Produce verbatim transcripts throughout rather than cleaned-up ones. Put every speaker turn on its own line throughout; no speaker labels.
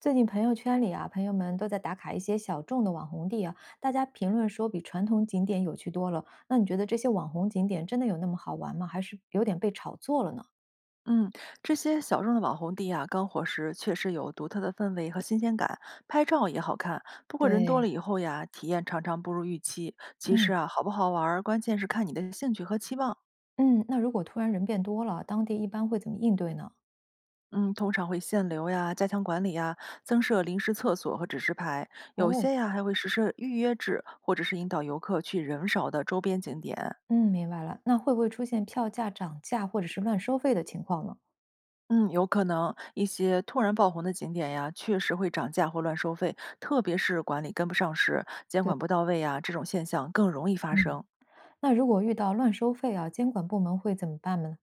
最近朋友圈里啊，朋友们都在打卡一些小众的网红地啊，大家评论说比传统景点有趣多了。那你觉得这些网红景点真的有那么好玩吗？还是有点被炒作了呢？
嗯，这些小众的网红地呀，刚火时确实有独特的氛围和新鲜感，拍照也好看。不过人多
对，
了以后呀，体验常常不如预期。其实
嗯
啊，好不好玩儿，关键是看你的兴趣和期望。
嗯，那如果突然人变多了，当地一般会怎么应对呢？
嗯，通常会限流呀，加强管理呀，增设临时厕所和指示牌，有些
哦，
呀还会实施预约制，或者是引导游客去人少的周边景点。
嗯，明白了。那会不会出现票价涨价或者是乱收费的情况呢？
嗯，有可能一些突然爆红的景点呀，确实会涨价或乱收费，特别是管理跟不上时，监管不到位呀，这种现象更容易发
嗯，
生。
那如果遇到乱收费啊，监管部门会怎么办呢？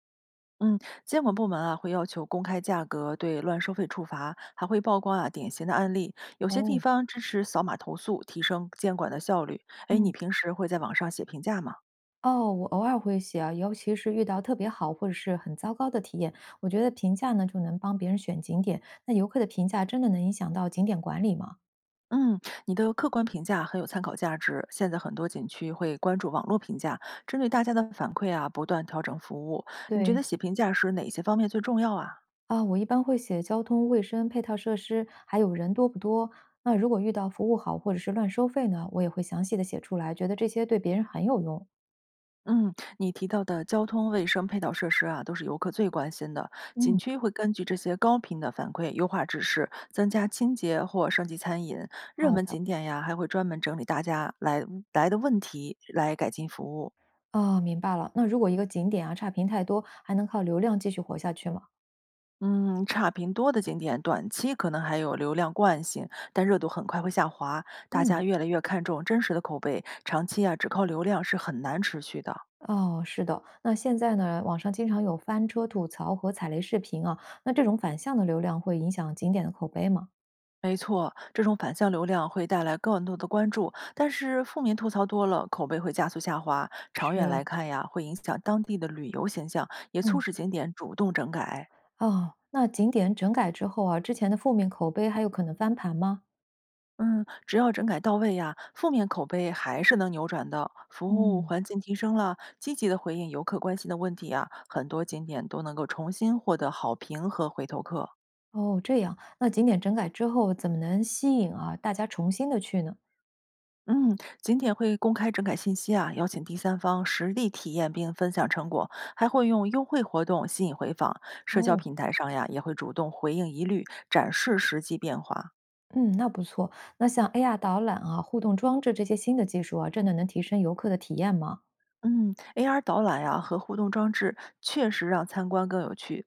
嗯，监管部门啊会要求公开价格，对乱收费处罚，还会曝光啊典型的案例。有些地
哦，
方支持扫码投诉，提升监管的效率。哎，你
嗯。
平时会在网上写评价吗？
哦，我偶尔会写啊，尤其是遇到特别好或者是很糟糕的体验，我觉得评价呢就能帮别人选景点。那游客的评价真的能影响到景点管理吗？
嗯，你的客观评价很有参考价值。现在很多景区会关注网络评价，针对大家的反馈啊，不断调整服务。你觉
对，
得写评价时哪些方面最重要啊？
啊，我一般会写交通、卫生、配套设施，还有人多不多。那如果遇到服务好或者是乱收费呢，我也会详细的写出来，觉得这些对别人很有用。
嗯，你提到的交通、卫生、配套设施啊，都是游客最关心的。景
嗯，
区会根据这些高频的反馈优化指示，增加清洁或升级餐饮。热
好
门
的，
景点呀，还会专门整理大家来来的问题，来改进服务。
啊，明白了。那如果一个景点啊差评太多，还能靠流量继续活下去吗？
嗯，差评多的景点，短期可能还有流量惯性，但热度很快会下滑。大家
嗯。
越来越看重真实的口碑，长期啊，只靠流量是很难持续的。
哦，是的。那现在呢，网上经常有翻车吐槽和踩雷视频啊，那这种反向的流量会影响景点的口碑吗？
没错，这种反向流量会带来更多的关注，但是负面吐槽多了，口碑会加速下滑。长远
是，
来看呀，会影响当地的旅游形象，也促
嗯
使景点主动整改。
哦，那景点整改之后啊，之前的负面口碑还有可能翻盘吗？
嗯，只要整改到位呀，负面口碑还是能扭转的。服务
嗯。
环境提升了，积极的回应游客关心的问题啊，很多景点都能够重新获得好评和回头客。
哦，这样，那景点整改之后怎么能吸引啊大家重新的去呢？
嗯，景点会公开整改信息啊，邀请第三方实地体验并分享成果，还会用优惠活动吸引回访。社交
哦，
平台上呀，也会主动回应疑虑，展示实际变化。
嗯，那不错。那像 A R 导览啊、互动装置这些新的技术啊，真的能提升游客的体验吗？
嗯，A R 导览呀和互动装置确实让参观更有趣，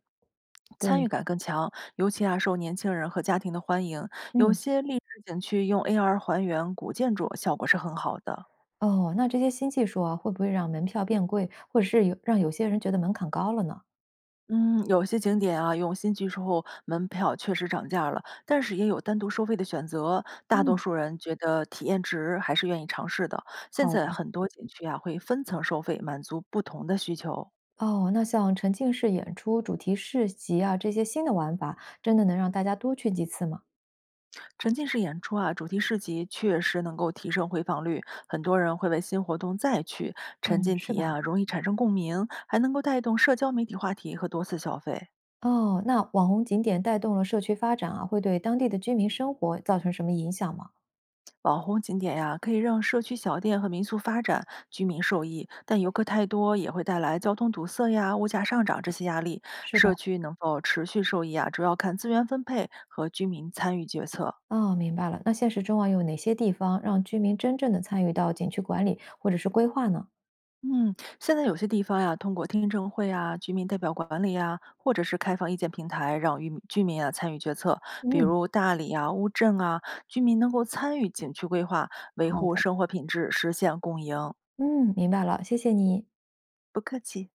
参与
对，
感更强，尤其啊受年轻人和家庭的欢迎。有
嗯，
些历史景区用 A R 还原古建筑，效果是很好的。
哦，那这些新技术啊，会不会让门票变贵，或者是有让有些人觉得门槛高了呢？
嗯，有些景点啊用新技术后，门票确实涨价了，但是也有单独收费的选择。大多
嗯，
数人觉得体验值还是愿意尝试的。现
好
在
的，
很多景区啊会分层收费，满足不同的需求。
哦，那像沉浸式演出、主题市集啊，这些新的玩法，真的能让大家多去几次吗？
沉浸式演出啊，主题市集确实能够提升回访率，很多人会为新活动再去。沉
嗯，
浸体
是吧？
验啊，容易产生共鸣，还能够带动社交媒体话题和多次消费。
哦，那网红景点带动了社区发展啊，会对当地的居民生活造成什么影响吗？
网红景点呀、可以让社区小店和民宿发展，居民受益，但游客太多也会带来交通堵塞呀、物价上涨这些压力。
是的。
社区能否持续受益啊，主要看资源分配和居民参与决策。
哦，明白了。那现实中啊，有哪些地方让居民真正的参与到景区管理或者是规划呢？
嗯，现在有些地方呀，通过听证会啊、居民代表管理啊，或者是开放意见平台，让居民居民啊参与决策。比
嗯，
如大理啊、乌镇啊，居民能够参与景区规划，维
好
护
的，
生活品质，实现共赢。
嗯，明白了，谢谢你。
不客气。